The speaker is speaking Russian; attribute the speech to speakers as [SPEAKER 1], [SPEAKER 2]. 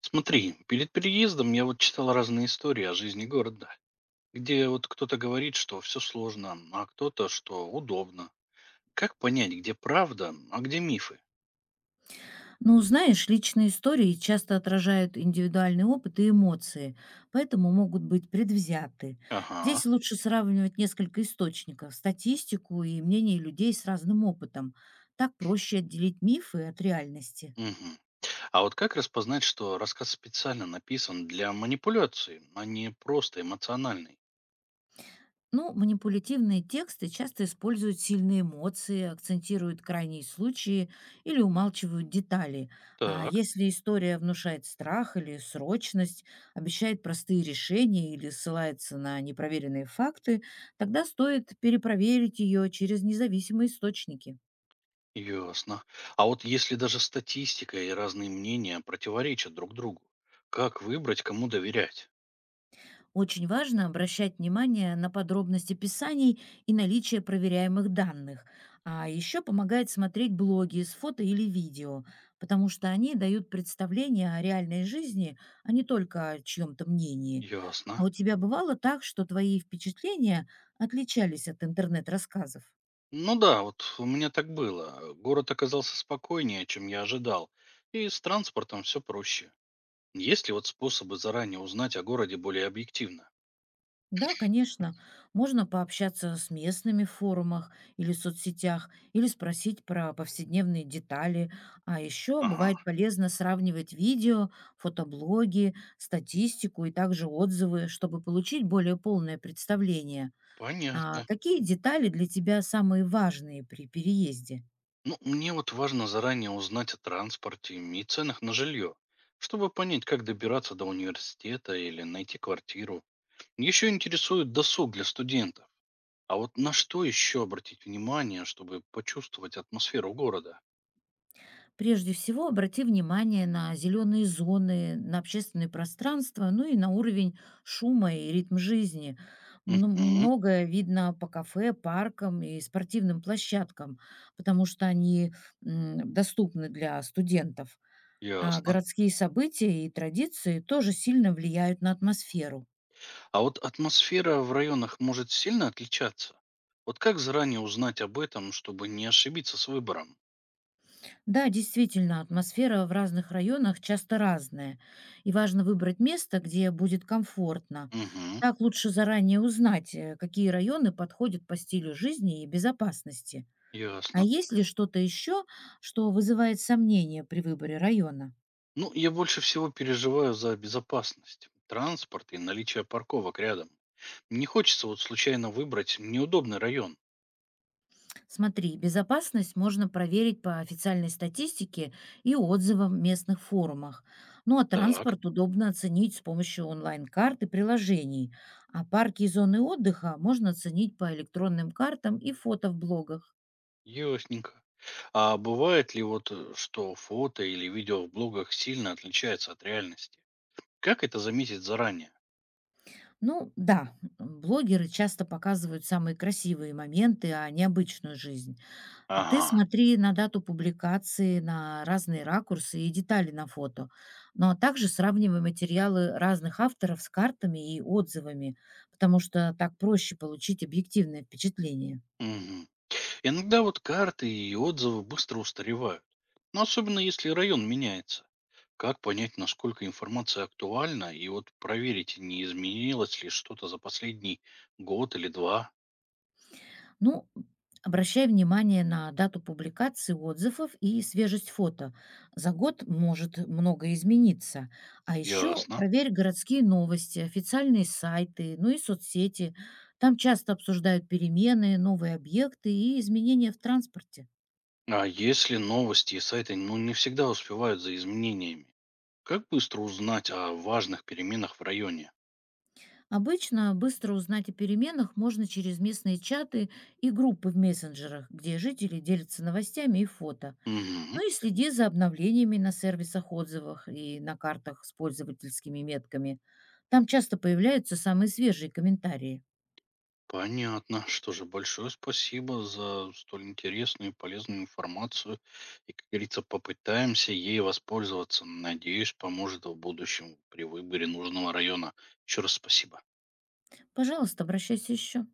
[SPEAKER 1] Смотри, перед переездом я вот читал разные истории о жизни города, где вот кто-то говорит, что все сложно, а кто-то, что удобно. Как понять, где правда, а где мифы?
[SPEAKER 2] Ну, знаешь, личные истории часто отражают индивидуальный опыт и эмоции, поэтому могут быть предвзяты.
[SPEAKER 1] Ага.
[SPEAKER 2] Здесь лучше сравнивать несколько источников, статистику и мнение людей с разным опытом. Так проще отделить мифы от реальности.
[SPEAKER 1] Мгм. А вот как распознать, что рассказ специально написан для манипуляции, а не просто эмоциональный?
[SPEAKER 2] Ну, манипулятивные тексты часто используют сильные эмоции, акцентируют крайние случаи или умалчивают детали. А
[SPEAKER 1] Так,
[SPEAKER 2] если история внушает страх или срочность, обещает простые решения или ссылается на непроверенные факты, тогда стоит перепроверить ее через независимые источники.
[SPEAKER 1] ясно. А вот если даже статистика и разные мнения противоречат друг другу, как выбрать, кому доверять?
[SPEAKER 2] Очень важно обращать внимание на подробности писаний и наличие проверяемых данных. А еще помогает смотреть блоги с фото или видео, потому что они дают представление о реальной жизни, а не только о чьем-то мнении.
[SPEAKER 1] Ясно.
[SPEAKER 2] А у тебя бывало так, что твои впечатления отличались от интернет-рассказов?
[SPEAKER 1] Ну да, вот у меня так было. Город оказался спокойнее, чем я ожидал. И с транспортом все проще. Есть ли вот способы заранее узнать о городе более объективно?
[SPEAKER 2] Да, конечно. Можно пообщаться с местными в форумах или соцсетях, или спросить про повседневные детали. А еще
[SPEAKER 1] Ага,
[SPEAKER 2] бывает полезно сравнивать видео, фотоблоги, статистику и также отзывы, чтобы получить более полное представление. А
[SPEAKER 1] понятно.
[SPEAKER 2] какие детали для тебя самые важные при переезде?
[SPEAKER 1] Ну, мне вот важно заранее узнать о транспорте и ценах на жилье, чтобы понять, как добираться до университета или найти квартиру. Еще интересует досуг для студентов. А вот на что еще обратить внимание, чтобы почувствовать атмосферу города?
[SPEAKER 2] Прежде всего, обрати внимание на зеленые зоны, на общественные пространства, ну и на уровень шума и ритм жизни.
[SPEAKER 1] Угу,
[SPEAKER 2] Многое видно по кафе, паркам и спортивным площадкам, потому что они доступны для студентов. А
[SPEAKER 1] ясно.
[SPEAKER 2] городские события и традиции тоже сильно влияют на атмосферу.
[SPEAKER 1] А вот атмосфера в районах может сильно отличаться. Вот как заранее узнать об этом, чтобы не ошибиться с выбором?
[SPEAKER 2] Да, действительно, атмосфера в разных районах часто разная, и важно выбрать место, где будет комфортно.
[SPEAKER 1] Угу,
[SPEAKER 2] Так лучше заранее узнать, какие районы подходят по стилю жизни и безопасности. А
[SPEAKER 1] ясно.
[SPEAKER 2] есть ли что-то еще, что вызывает сомнения при выборе района?
[SPEAKER 1] Ну, я больше всего переживаю за безопасность, транспорт и наличие парковок рядом. Не хочется вот случайно выбрать неудобный район.
[SPEAKER 2] Смотри, безопасность можно проверить по официальной статистике и отзывам в местных форумах. Ну а
[SPEAKER 1] Так,
[SPEAKER 2] транспорт удобно оценить с помощью онлайн-карт и приложений, а парки и зоны отдыха можно оценить по электронным картам и фото в блогах.
[SPEAKER 1] ясненько. А бывает ли вот, что фото или видео в блогах сильно отличается от реальности? Как это заметить заранее?
[SPEAKER 2] Ну да, блогеры часто показывают самые красивые моменты, а необычную жизнь. Ты
[SPEAKER 1] Ага.
[SPEAKER 2] смотри на дату публикации, на разные ракурсы и детали на фото. Но также сравнивай материалы разных авторов с картами и отзывами, потому что так проще получить объективное впечатление.
[SPEAKER 1] Мгм. Иногда вот карты и отзывы быстро устаревают, но особенно если район меняется. Как понять, насколько информация актуальна, и вот проверить, не изменилось ли что-то за последний год или два?
[SPEAKER 2] Ну, обращай внимание на дату публикации отзывов и свежесть фото. За год может многое измениться. А еще
[SPEAKER 1] Ясно.
[SPEAKER 2] проверь городские новости, официальные сайты, ну и соцсети. Там часто обсуждают перемены, новые объекты и изменения в транспорте.
[SPEAKER 1] А если новости и сайты, ну, не всегда успевают за изменениями, как быстро узнать о важных переменах в районе?
[SPEAKER 2] Обычно быстро узнать о переменах можно через местные чаты и группы в мессенджерах, где жители делятся новостями и фото.
[SPEAKER 1] Мгм.
[SPEAKER 2] Ну и следи за обновлениями на сервисах отзывах и на картах с пользовательскими метками. Там часто появляются самые свежие комментарии.
[SPEAKER 1] Понятно. Что же, большое спасибо за столь интересную и полезную информацию. И, как говорится, попытаемся ей воспользоваться. Надеюсь, поможет в будущем при выборе нужного района. Еще раз спасибо.
[SPEAKER 2] Пожалуйста, обращайся еще.